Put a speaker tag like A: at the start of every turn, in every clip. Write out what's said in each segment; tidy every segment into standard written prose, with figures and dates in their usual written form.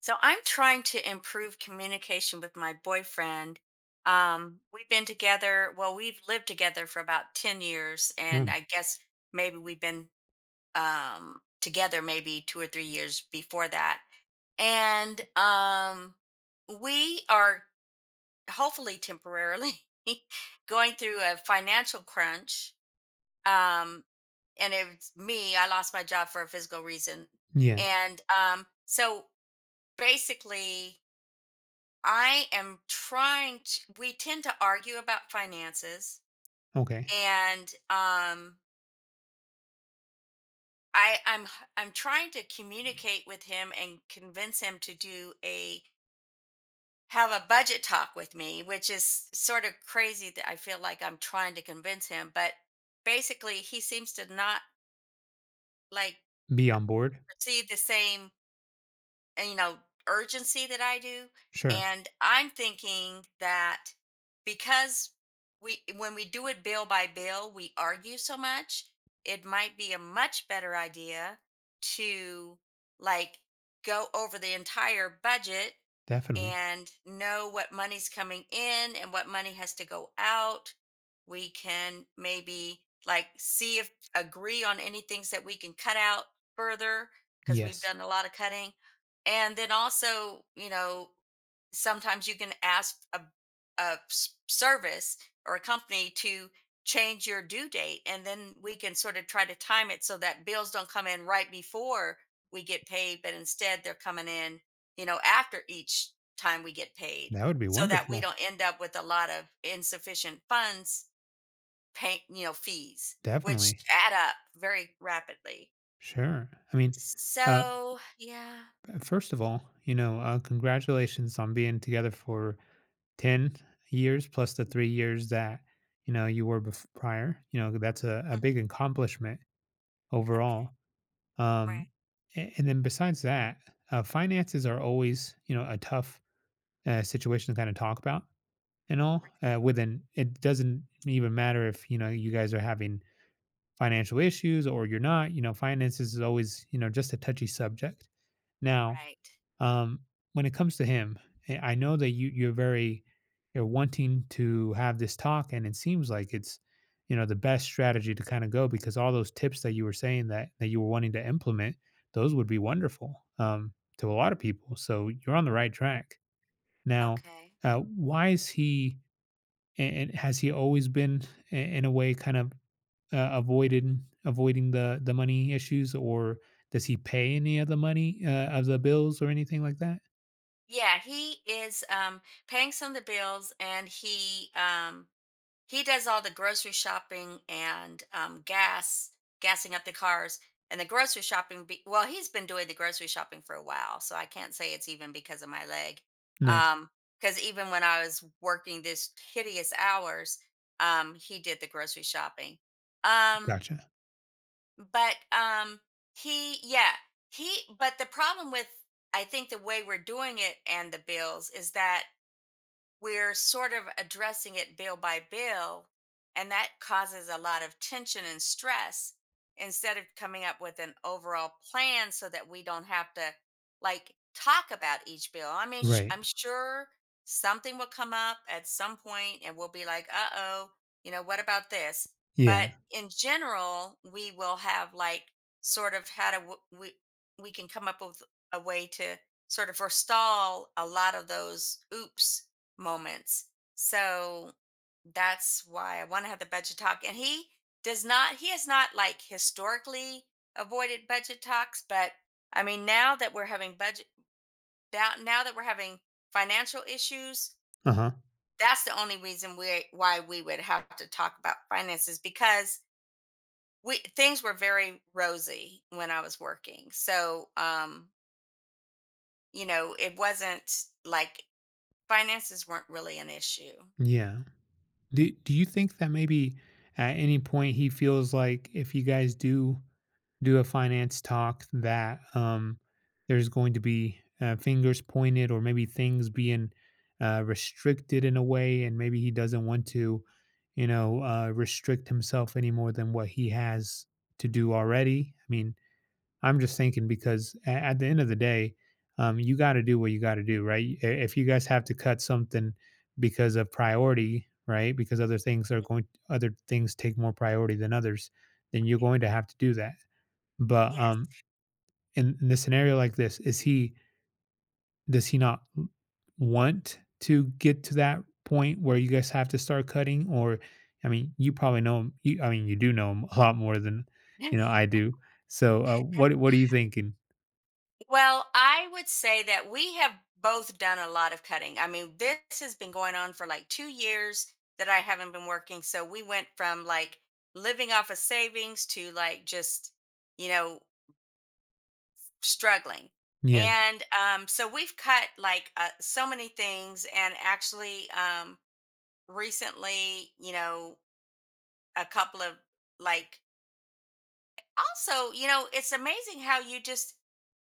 A: So I'm trying to improve communication with my boyfriend. We've been together, well, we've lived together for about 10 years, and
B: Mm,
A: I guess maybe we've been together maybe 2 or 3 years before that. And we are hopefully temporarily going through a financial crunch. Um, and it's me, I lost my job for a physical reason.
B: yeah.
A: And so basically, I am trying to, we tend to argue about finances.
B: Okay.
A: And I I'm h- I'm trying to communicate with him and convince him to do a have a budget talk with me, which is sort of crazy that I feel like I'm trying to convince him, but basically he seems to not like
B: Be on board?
A: receive the same uh, you know urgency that I do.
B: Sure.
A: And I'm thinking that because we when we do it bill by bill, we argue so much, it might be a much better idea to like go over the entire budget
B: Definitely.
A: and know what money's coming in and what money has to go out. We can maybe like see if agree on any things that we can cut out further because we've
B: Yes.
A: done a lot of cutting. And then also sometimes you can ask a service or a company to change your due date, and then we can sort of try to time it so that bills don't come in right before we get paid, but instead they're coming in after each time we get paid,
B: That would be
A: so that we
B: wonderful.
A: don't end up with a lot of insufficient funds pay fees which
B: Definitely.
A: add up very rapidly.
B: Sure. uh,
A: So yeah.
B: first of all, congratulations on being together for 10 years plus the 3 years that, you were prior. You know, that's a
A: Mm.
B: big accomplishment
A: Okay.
B: overall. Um,
A: Right.
B: and then besides that, finances are always, a tough situation to kind of talk about and all, within. It doesn't even matter if, you know, you guys are having financial issues or you're not. You know, finances is always, you know, just a touchy subject now.
A: Right.
B: Um when it comes to him, I know that you're very, you're wanting to have this talk, and it seems like it's, you know, the best strategy to kind of go, because all those tips that you were saying that you were wanting to implement, those would be wonderful, um, to a lot of people, so you're on the right track now.
A: Okay.
B: Uh, why is he, and has he always been, in a way, kind of, avoided, avoiding the money issues? Or does he pay any of the money, of the bills or anything like that?
A: Yeah, he is paying some of the bills, and he does all the grocery shopping, and gassing up the cars. And the grocery shopping, well, he's been doing the grocery shopping for a while, so I can't say it's even because of my leg.
B: Nice,
A: Um cuz even when I was working this hideous hours, he did the grocery shopping. Um
B: gotcha.
A: but he yeah he but the problem with, I think, the way we're doing it and the bills is that we're sort of addressing it bill by bill, and that causes a lot of tension and stress instead of coming up with an overall plan so that we don't have to like talk about each bill. I mean,
B: Right.
A: I'm sure something will come up at some point and we'll be like, uh oh, you know, what about this?
B: Yeah.
A: But in general, we will have like sort of how to, w- we can come up with a way to sort of forestall a lot of those oops moments. So that's why I want to have the budget talk. And he does not, he has not like historically avoided budget talks, but I mean, now that we're having budget, now that we're having financial issues,
B: Uh huh.
A: that's the only reason why we would have to talk about finances, because we, things were very rosy when I was working. So, you know, it wasn't like finances weren't really an issue.
B: Yeah. Do Do you think that maybe at any point he feels like if you guys do do a finance talk that, there's going to be, fingers pointed, or maybe things being, restricted in a way, and maybe he doesn't want to, you know, restrict himself any more than what he has to do already. I mean, I'm just thinking because at the end of the day, you got to do what you got to do, right? I- If you guys have to cut something because of priority, right? Because other things are going, other things take more priority than others, then you're going to have to do that. But
A: Yes.
B: in the scenario like this, is he does he not want to get to that point where you guys have to start cutting? Or, I mean, you probably know him. I mean, you do know him a lot more than, you know, I do. So, what are you thinking?
A: Well, I would say that we have both done a lot of cutting. I mean, this has been going on for like 2 years that I haven't been working. So we went from like living off of savings to like just, you know, struggling.
B: Yeah.
A: And so we've cut like so many things. And actually, recently, you know, a couple of like, also, you know, it's amazing how you just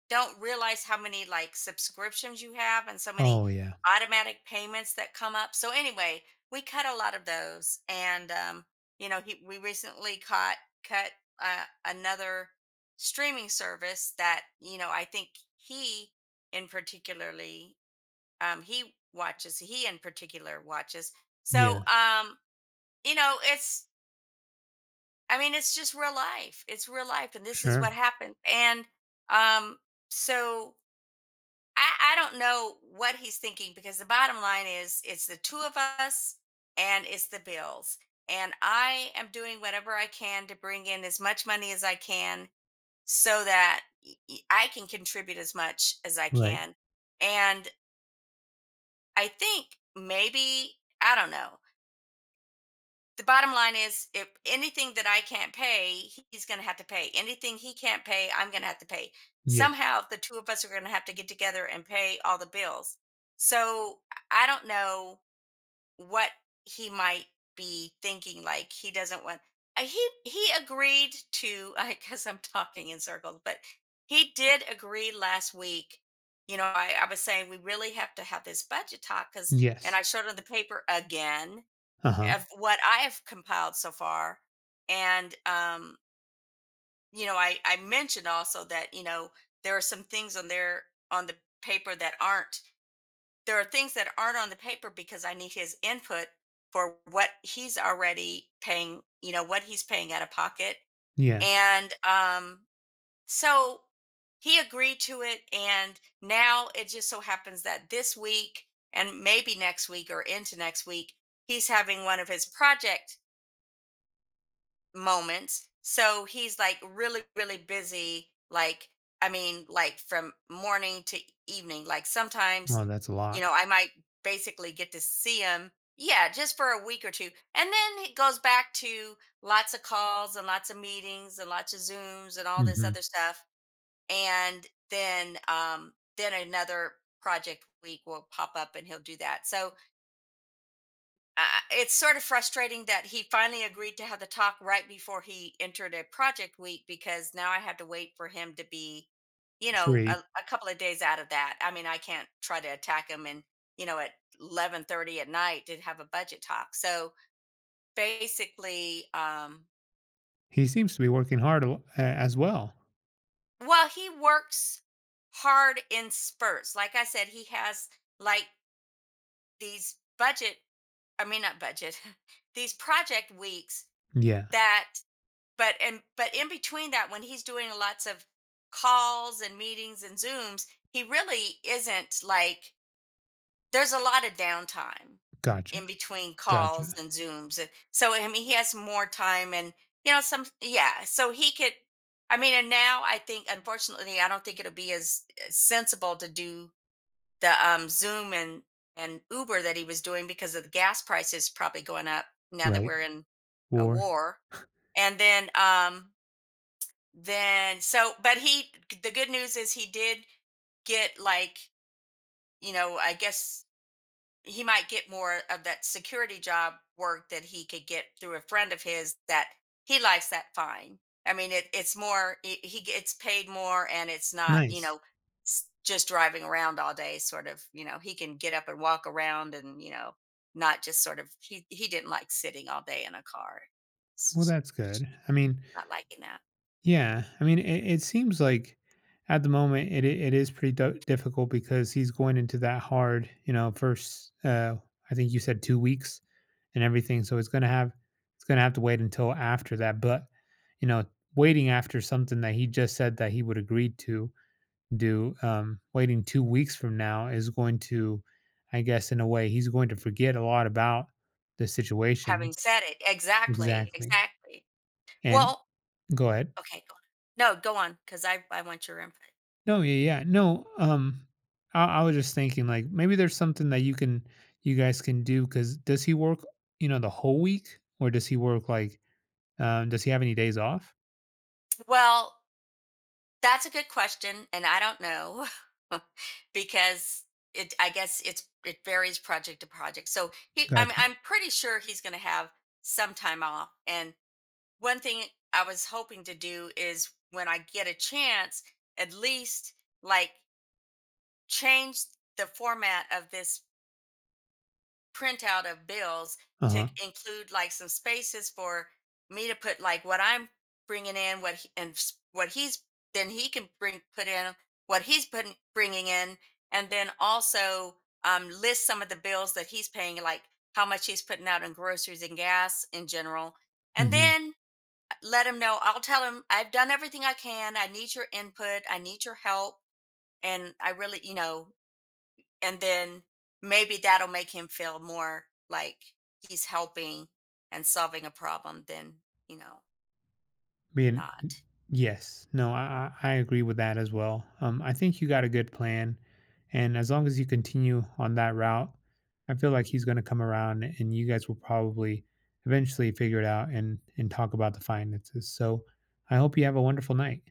A: don't realize how many like subscriptions you have and so many
B: Oh, yeah.
A: automatic payments that come up. So anyway, we cut a lot of those, and you know, he, we recently caught cut another streaming service that you know I think he in particularly he watches, he in particular watches. So
B: Yeah.
A: you know, it's, I mean, it's just real life. It's real life, and this is what
B: Sure.
A: happens. And um, so I don't know what he's thinking because the bottom line is it's the two of us and it's the bills. And I am doing whatever I can to bring in as much money as I can so that I can contribute as much as I
B: Right.
A: can. And I think maybe, I don't know, the bottom line is if anything that I can't pay, he's going to have to pay. Anything he can't pay, I'm going to have to pay.
B: Yes.
A: Somehow the two of us are going to have to get together and pay all the bills. So I don't know what he might be thinking, like he doesn't want he agreed to I guess I'm talking in circles, but he did agree last week. You know, I was saying we really have to have this budget talk because, and
B: Yes.
A: I showed him the paper again
B: Uh huh.
A: of what I have compiled so far. And you know, I mentioned also that you know there are some things on there on the paper that aren't. There are things that aren't on the paper because I need his input for what he's already paying. You know what he's paying out of pocket,
B: Yeah.
A: and so he agreed to it. And now it just so happens that this week and maybe next week or into next week, he's having one of his project moments. So he's like really, really busy. Like, I mean, like from morning to evening. Like sometimes,
B: Oh, that's a
A: you
B: lot.
A: know, I might basically get to see him. Yeah, just for a week or two. And then it goes back to lots of calls and lots of meetings and lots of Zooms and all this
B: Hmm.
A: other stuff. And then another project week will pop up and he'll do that. So uh, it's sort of frustrating that he finally agreed to have the talk right before he entered a project week because now I had to wait for him to be, you know,
B: Free.
A: a couple of days out of that. I mean, I can't try to attack him and you know at 11:30 at night to have a budget talk. So basically,
B: He seems to be working hard as well.
A: well, he works hard in spurts. Like I said, he has like these budget, I mean, not budget, these project weeks
B: Yeah.
A: that but and but in between that when he's doing lots of calls and meetings and zooms, he really isn't like, there's a lot of downtime
B: Gotcha.
A: in between calls
B: Gotcha.
A: and zooms. And so I mean he has more time, and you know some, yeah, so he could, I mean, and now I think unfortunately I don't think it'll be as sensible to do the zoom and uber that he was doing because of the gas prices probably going up now that
B: Right.
A: we're in a
B: War.
A: war. And then so but he, the good news is he did get like, you know, I guess he might get more of that security job work that he could get through a friend of his that he likes that fine. I mean, it's more, he gets paid more, and it's not, you
B: Nice.
A: know, just driving around all day sort of, you know, he can get up and walk around and, you know, not just sort of, he didn't like sitting all day in a car. S-
B: Well,
A: s-
B: that's good. I mean,
A: Not liking that.
B: yeah. I mean, it seems like at the moment it it is pretty difficult because he's going into that hard, you know, first. I think you said 2 weeks and everything, so it's gonna have to wait until after that. But you know, waiting after something that he just said that he would agree to do, waiting 2 weeks from now is going to, I guess, in a way, he's going to forget a lot about the situation.
A: Having said it, exactly,
B: Exactly.
A: exactly.
B: And
A: Well
B: go ahead.
A: okay, go on. No, go on, 'cause I want your input.
B: No, yeah, yeah. No, I was just thinking, like, maybe there's something that you can you guys can do. Because does he work, you know, the whole week, or does he work like, um, does he have any days off?
A: Well, that's a good question, and I don't know because it I guess it varies project to project. So he I'm
B: Gotcha.
A: I'm pretty sure he's gonna have some time off. And one thing I was hoping to do is when I get a chance, at least like change the format of this printout of bills to
B: Uh-huh.
A: include like some spaces for me to put like what I'm bringing in, what he's, then he can bring put in what he's putting bringing in, and then also list some of the bills that he's paying, like how much he's putting out in groceries and gas in general, and
B: Hmm.
A: then let him know. I'll tell him I've done everything I can. I need your input. I need your help, and I really, you know, and then maybe that'll make him feel more like he's helping and solving a problem than you know
B: Being
A: not
B: yes. No, I agree with that as well. I think you got a good plan, and as long as you continue on that route, I feel like he's going to come around, and you guys will probably eventually figure it out and talk about the finances. So, I hope you have a wonderful night.